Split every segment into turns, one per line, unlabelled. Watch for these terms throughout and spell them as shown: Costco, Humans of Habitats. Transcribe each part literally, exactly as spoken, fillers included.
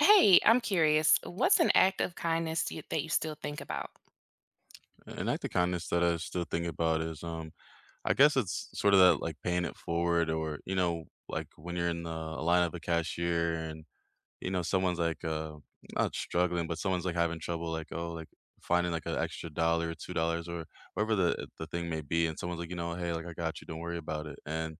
Hey, I'm curious. What's an act of kindness you, that you still think about?
An act of kindness that I still think about is, um, I guess it's sort of that like paying it forward, or you know, like when you're in the line of a cashier, and you know someone's like uh not struggling, but someone's like having trouble, like, oh, like finding like an extra dollar or two dollars or whatever the the thing may be, and someone's like, you know, hey, like, I got you, don't worry about it. And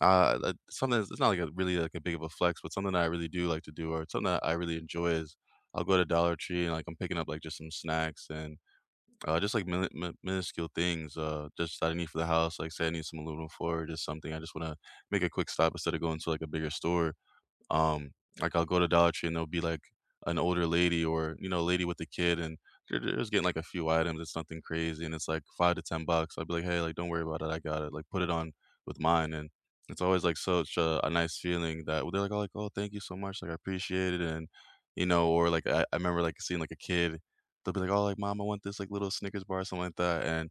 uh, that- something that's- it's not like a really like a big of a flex, but something that I really do like to do, or something that I really enjoy is I'll go to Dollar Tree and like I'm picking up like just some snacks, and uh, just like mini mi minuscule things, uh, just that I need for the house. Like, say I need some aluminum foil or just something, I just wanna make a quick stop instead of going to, like, a bigger store. Um, like, I'll go to Dollar Tree and there'll be like an older lady or, you know, a lady with a kid, and they're they're just getting like a few items. It's nothing crazy and it's like five to ten bucks. I'll be like, hey, like, don't worry about it. I got it. Like, put it on with mine. And it's always like such a, a nice feeling that they're like, oh, like, oh, thank you so much, like, I appreciate it. And you know, or like I, I remember like seeing like a kid, they'll be like, oh, like, mom, I want this like little Snickers bar or something like that. And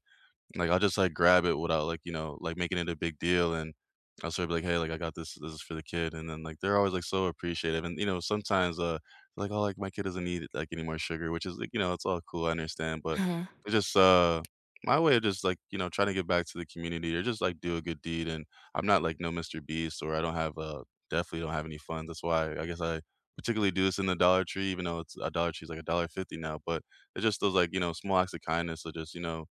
like, I'll just, like, grab it without like, you know, like, making it a big deal, and I'll sort of be like, "Hey, like, I got this. This is for the kid," and then, like, they're always, like, so appreciative, and, you know, sometimes, uh, like, "Oh, like, my kid doesn't need, like, any more sugar," which is, like, you know, it's all cool, I understand, but
Hmm.
it's just, uh, my way of just, like, you know, trying to give back to the community or just, like, do a good deed. And I'm not, like, no Mister Beast or I don't have, uh definitely don't have any funds. That's why I guess I particularly do this in the Dollar Tree, even though it's a Dollar Tree's, like, a dollar fifty now. But it's just those, like, you know, small acts of kindness or just, you know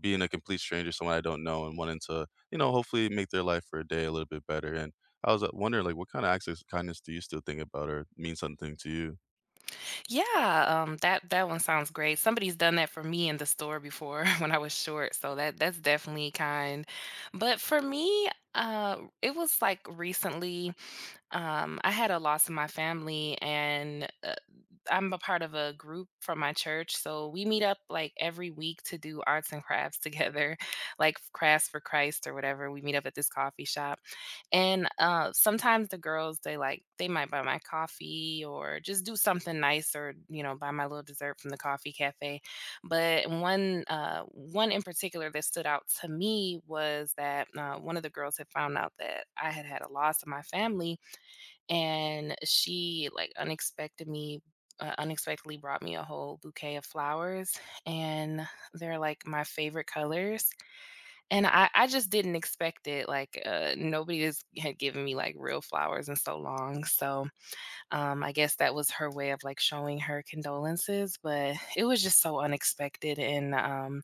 being a complete stranger, someone I don't know, and wanting to, you know, hopefully make their life for a day a little bit better. And I was uh, wondering, like, what kind of acts of kindness do you still think about or mean something to you?
Yeah, um, that that one sounds great. Somebody's done that for me in the store before when I was short, so that that's definitely kind. But for me, uh, it was like recently, um, I had a loss in my family, and uh, I'm a part of a group from my church, so we meet up like every week to do arts and crafts together, like Crafts for Christ or whatever. We meet up at this coffee shop. And, uh, sometimes the girls, they, like they might buy my coffee or just do something nice or, you know, buy my little dessert from the coffee cafe. But one, uh, one in particular that stood out to me was that, uh, one of the girls had found out that I had had a loss in my family, and she, like, unexpected me uh, unexpectedly brought me a whole bouquet of flowers, and they're, like, my favorite colors. And I I just didn't expect it, like, uh, nobody has had given me, like, real flowers in so long, so, um, I guess that was her way of, like, showing her condolences, but it was just so unexpected, and, um,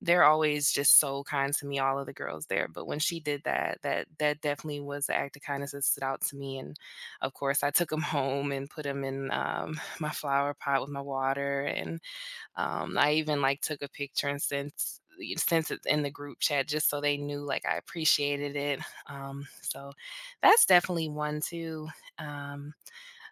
they're always just so kind to me, all of the girls there, but when she did that, that that definitely was the act of kindness that stood out to me, and, of course, I took them home and put them in, um, my flower pot with my water, and um, I even like took a picture and sent y- sent it in the group chat just so they knew like I appreciated it. Um, so that's definitely one too. Um,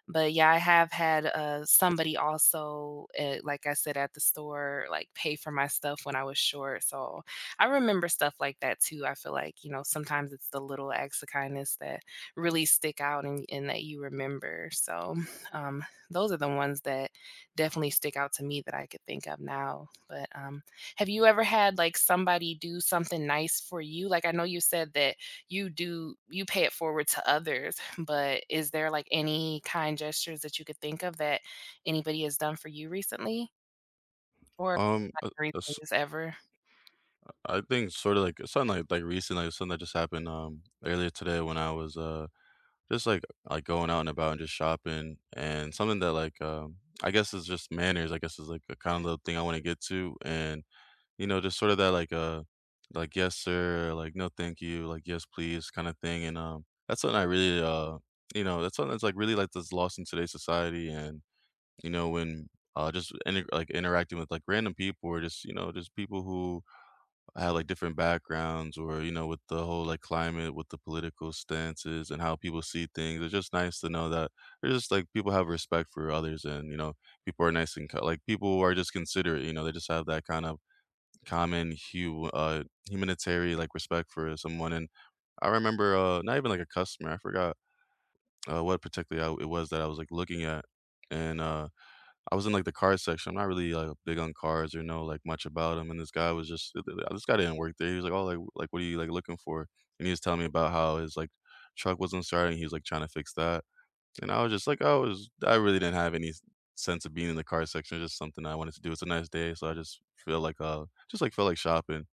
but yeah, I have had, uh, somebody also, uh, like I said, at the store, like, pay for my stuff when I was short, so I remember stuff like that too. I feel like, you know, sometimes it's the little acts of kindness that really stick out and and that you remember, so, um, those are the ones that definitely stick out to me that I could think of now, but, um, have you ever had, like, somebody do something nice for you? Like, I know you said that you do you pay it forward to others, but is there like any kind gestures that you could think of that anybody has done for you recently or
Um,
like,
uh, uh, s-
recent ever?
I think sort of like something like like recently, like something that just happened um earlier today when I was uh just like like going out and about and just shopping. And something that like um I guess is just manners, I guess, is like a kind of little thing I want to get to. And you know, just sort of that like, uh, like, "Yes, sir," like, "No, thank you," like, "Yes, please," kinda thing. And, um, that's something I really, uh you know, that's something that's, like, really, like, that's lost in today's society. And, you know, when, uh, just inter like, interacting with, like, random people or just, you know, just people who have, like, different backgrounds or, you know, with the whole, like, climate, with the political stances and how people see things, it's just nice to know that there's just, like, people have respect for others. And, you know, people are nice and ki like, people are just considerate, you know, they just have that kind of common hu uh, humanitarian, like, respect for someone. And I remember, uh, not even, like, a customer, I forgot, uh, what particularly I it was that I was, like, looking at, and, uh, I was in, like, the cars section. I'm not really, like, big on cars or know, like, much about them. And this guy was just th th this guy didn't work there. He was like, "Oh, like like, what are you, like, looking for?" And he was telling me about how his, like, truck wasn't starting, he was, like, trying to fix that. And I was just like, I was I really didn't have any s sense of being in the car section, it's just something I wanted to do, it's a nice day, so I just feel like, uh just, like, felt like shopping.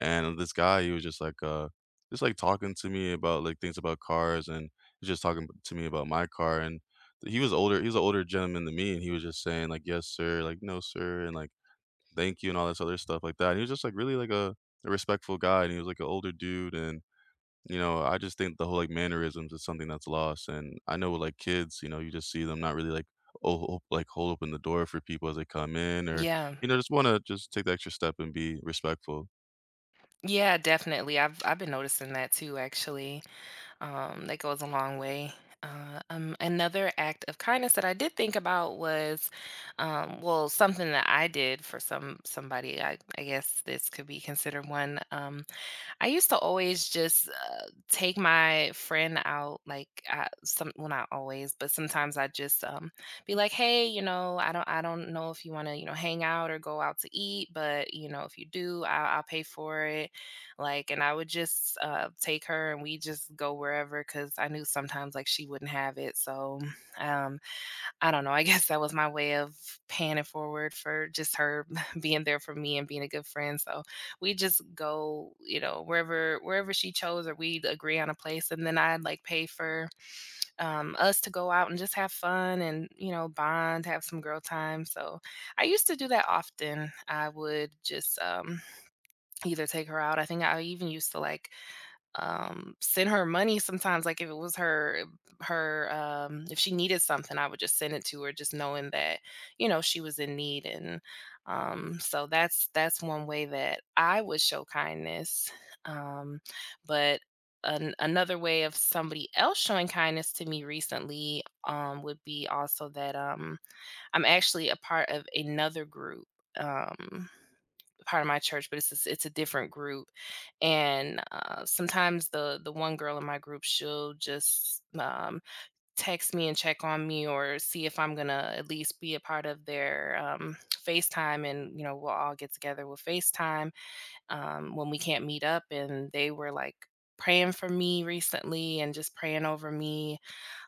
And this guy, he was just like, uh, just like talking to me about like things about cars. And he's just talking to me about my car. And he was older, he was an older gentleman than me, and he was just saying like, "Yes, sir," like, "No, sir," and like, "Thank you," and all this other stuff like that. And he was just like really like a, a respectful guy, and he was like an older dude. And you know, I just think the whole like mannerisms is something that's lost. And I know with like kids, you know, you just see them not really like, oh, like, hold open the door for people as they come in, or
Yeah.
you know, just want to just take the extra step and be respectful.
Yeah, definitely. I've I've been noticing that too, actually. Um, that goes a long way. Uh, um, another act of kindness that I did think about was, um, well, something that I did for some somebody. I, I guess this could be considered one. Um, I used to always just uh, take my friend out, like I, some well not always, but sometimes I just um be like, hey, you know, I don't I don't know if you want to, you know, hang out or go out to eat, but you know if you do, I'll, I'll pay for it, like, and I would just uh, take her and we just go wherever because I knew sometimes like she wouldn't have it, so um I don't know, I guess that was my way of paying it forward for just her being there for me and being a good friend, so we just go, you know, wherever wherever she chose or we'd agree on a place, and then I'd, like, pay for, um, us to go out and just have fun and, you know, bond, have some girl time, so I used to do that often. I would just, um, either take her out. I think I even used to, like, um, send her money sometimes, like, if it was her her, um if she needed something, I would just send it to her just knowing that, you know, she was in need, and, um, so that's that's one way that I would show kindness, um, but an another way of somebody else showing kindness to me recently, um, would be also that, um, I'm actually a part of another group, um part of my church, but it's a, s- it's a different group. And uh, sometimes the the one girl in my group, she'll just um, text me and check on me, or see if I'm gonna at least be a part of their um, FaceTime, and you know we'll all get together with FaceTime um, when we can't meet up. And they were like praying for me recently and just praying over me,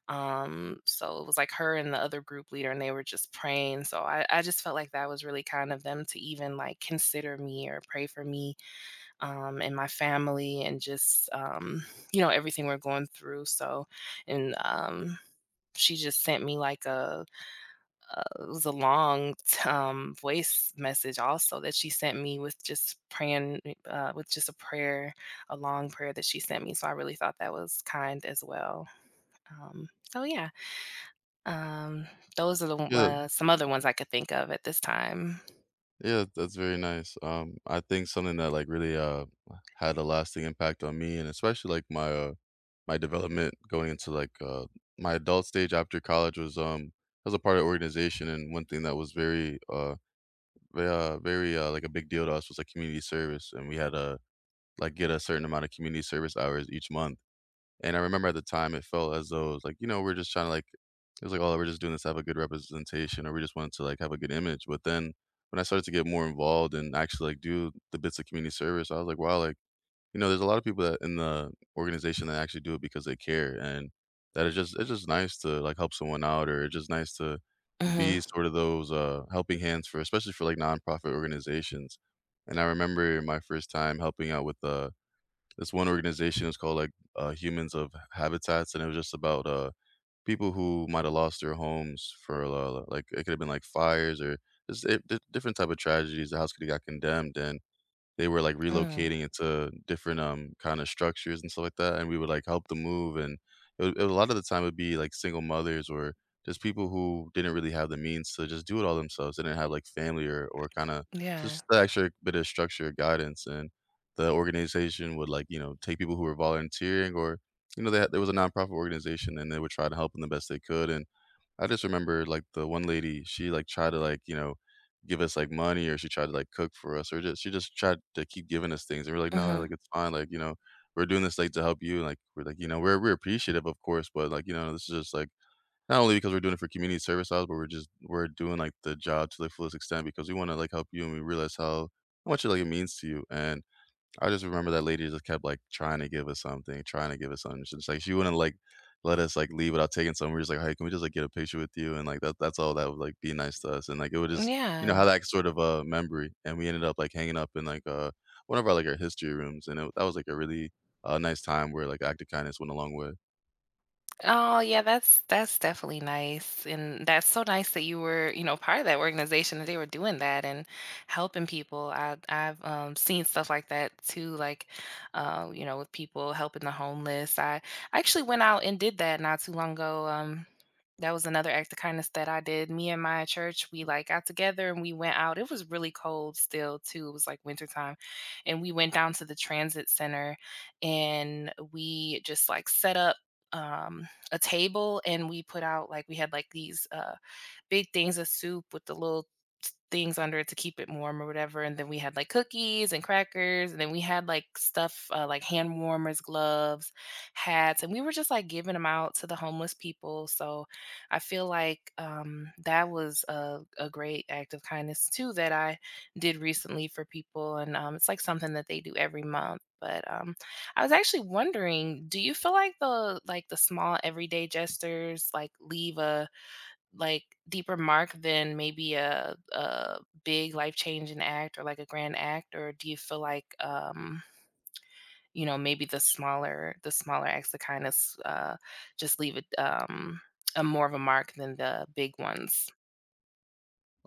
um, so it was like her and the other group leader, and they were just praying. So I, I just felt like that was really kind of them to even like consider me or pray for me, um, and my family and just, um, you know, everything we're going through. So, and um, she just sent me like a, a, it was a long um, voice message also that she sent me with just praying uh, with just a prayer, a long prayer that she sent me, so I really thought that was kind as well. Um, so yeah um, those are the o
Yeah,
uh, some other ones I could think of at this time.
yeah, that's very nice. Um, I think something that like really uh had a lasting impact on me, and especially like my uh, my development going into like uh, my adult stage after college was um I was a part of organization. And one thing that was very uh very uh, very uh, like a big deal to us was like community service, and we had to like get a certain amount of community service hours each month. And I remember at the time it felt as though it was like, you know, we're just trying to like, it was like, oh, we're just doing this to have a good representation or we just wanted to like have a good image. But then when I started to get more involved and actually like do the bits of community service, I was like, wow, like, you know, there's a lot of people that in the organization that actually do it because they care. And that is just it's just nice to like help someone out, or it's just nice to be
Mhm.
sort of those uh helping hands for especially for like nonprofit organizations. And I remember my first time helping out with uh this one organization is called like uh, Humans of Habitats. And it was just about uh, people who might have lost their homes for uh, like it could have been like fires or just it, di- different type of tragedies. The house could have got condemned, and they were, like,
Mm.
relocating into different, um, kinda structures and stuff like that, and we would, like, help them move. And it would it, would- a lot of the time it would be, like, single mothers or just people who didn't really have the means to just do it all themselves. They didn't have, like, family or or kinda
Yeah.
just the extra bit of structure or guidance. And the organization would, like, you know, take people who were volunteering or, you know, they had there was a nonprofit organization, and they would try to help them the best they could. And I just remember, like, the one lady, she, like, tried to, like, you know, give us, like, money, or she tried to, like, cook for us, or just she just tried to keep giving us things. And we're like, "No,
Mhm.
like, it's fine, like, you know, we're doing this, like, to help you." And like, we're like, you know, we're we're appreciative, of course, but, like, you know, this is just, like, not only because we're doing it for community service hours, but we're just we're doing, like, the job to the fullest extent because we wanna, like, help you and we realize how how much, it like, it means to you. And I just remember that lady just kept, like, trying to give us something, trying to give us something. She's like, she wouldn't, like, let us, like, leave without taking something. We're just like, "Hey, can we just, like, get a picture with you?" And like, that that's all that would, like, be nice to us. And, like, it would just, you know,
Yeah.
have that sort of a memory. And we ended up, like, hanging up in, like, uh, one of our, like, our history rooms. And it that was, like, a really, uh, nice time where, like, act of kindness went a long way.
Oh, yeah, that's that's definitely nice, and that's so nice that you were, you know, part of that organization that they were doing that and helping people. I I've um, seen stuff like that too, like, uh, you know, with people helping the homeless. I I actually went out and did that not too long ago. Um, that was another act of kindness that I did. Me and my church, we like got together and we went out. It was really cold still too. It was like wintertime, and we went down to the transit center and we just like set up. Um, a table, and we put out like we had like these uh big things of soup with the little things under it to keep it warm or whatever. And then we had like cookies and crackers. And then we had like stuff uh, like hand warmers, gloves, hats. And we were just like giving them out to the homeless people. So I feel like um, that was a, a great act of kindness too that I did recently for people. And um, it's like something that they do every month. But um, I was actually wondering, do you feel like the like the small everyday gestures like leave a like deeper mark than maybe a a big life-changing act or like a grand act? Or do you feel like um you know maybe the smaller the smaller acts of kindness uh just leave it um a more of a mark than the big ones?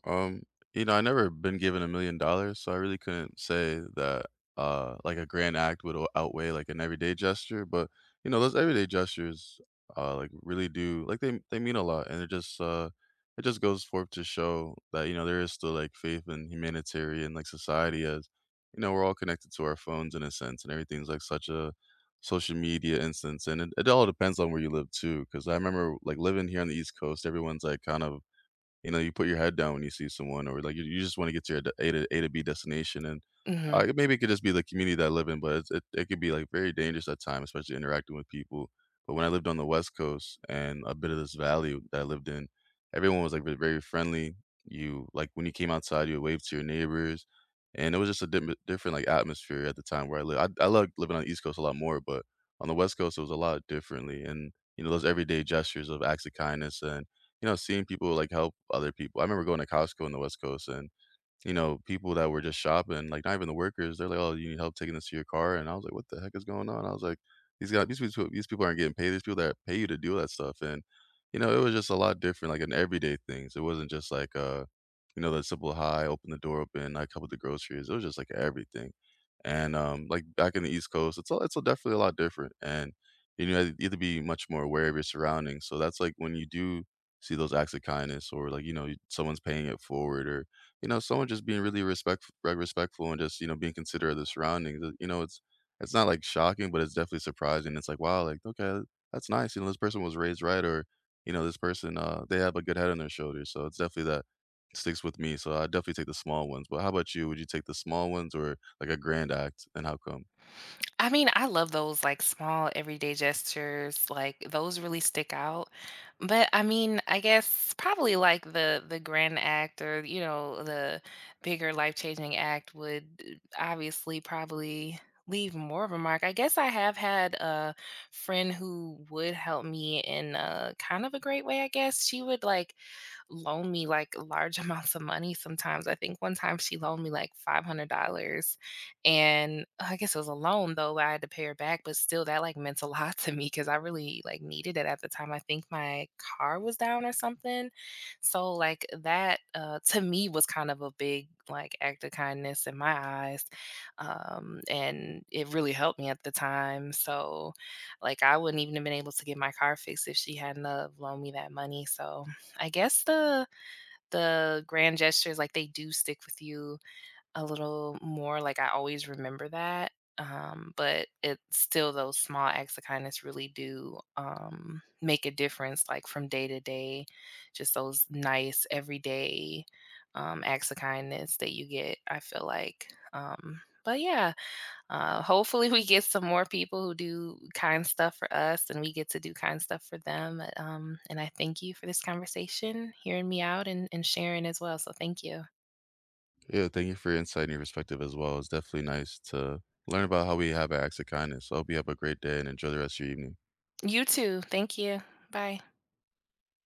Um, you know, I never been given a million dollars, so I really couldn't say that uh like a grand act would o- outweigh like an everyday gesture. But you know, those everyday gestures uh like really do, like they they mean a lot. And it just uh it just goes forth to show that you know there is still like faith in humanitarian like society, as you know we're all connected to our phones in a sense, and everything's like such a social media instance. And it, it all depends on where you live too, because I remember like living here on the East Coast, everyone's like kind of, you know, you put your head down when you see someone, or like, you you just wanna get to your d A to A to B destination. And, uh,
Hmm.
it- maybe it could just be the community that I live in, but it's it it could be like very dangerous at times, especially interacting with people. But when I lived on the West Coast and a bit of this valley that I lived in, everyone was like, ve very friendly. You like, when you came outside, you would wave to your neighbors, and it was just a dim different like atmosphere. At the time where I live, I I like living on the East Coast a lot more, but on the West Coast, it was a lot differently. And, you know, those everyday gestures of acts of kindness, and you know, seeing people like help other people. I remember going to Costco in the West Coast, and you know, people that were just shopping, like not even the workers, they're like, "Oh, you need help taking this to your car?" And I was like, "What the heck is going on?" I was like, "These guys, these people these people aren't getting paid. These people that pay you to do that stuff." And, you know, it was just a lot different, like in everyday things. It wasn't just like, uh, you know, the simple, "Hi, open the door, open, I covered the groceries." It was just like everything. And, um, like, back in the East Coast, it's a it's a definitely a lot different. And, you know, you have to be much more aware of your surroundings. So that's like, when you do see those acts of kindness, or like, you know, someone's paying it forward, or you know, someone just being really respect respectful, and just, you know, being considerate of the surroundings, uh, you know, it's it's not like shocking, but it's definitely surprising. It's like, "Wow," like, "Okay, that's nice," you know, "This person was raised right," or, you know, "This person, uh, they have a good head on their shoulders." So it's definitely that sticks with me, so I definitely take the small ones. But how about you? Would you take the small ones, or like a grand act, and how come?
I mean, I love those like small everyday gestures, like those really stick out. But I mean, I guess probably like the the grand act or you know the bigger life-changing act would obviously probably leave more of a mark. I guess I have had a friend who would help me in a kind of a great way, I guess. She would like loan me like large amounts of money sometimes. I think one time she loaned me like five hundred dollars. And uh, I guess it was a loan though, but I had to pay her back, but still that like meant a lot to me because I really like needed it at the time. I think my car was down or something. So like that uh to me was kind of a big like act of kindness in my eyes. Um and it really helped me at the time. So like I wouldn't even have been able to get my car fixed if she hadn't have loaned me that money. So I guess the the grand gestures like they do stick with you a little more, like, I always remember that, um, but it's still those small acts of kindness really do, um, make a difference, like, from day to day, just those nice everyday, um, acts of kindness that you get, I feel like, um, but yeah, uh, hopefully we get some more people who do kind stuff for us and we get to do kind stuff for them, um, and I thank you for this conversation, hearing me out and and sharing as well, so thank you.
Yeah, thank you for your insight and your perspective as well. It's definitely nice to learn about how we have acts of kindness, so I hope you have a great day and enjoy the rest of your evening.
You too, thank you, bye.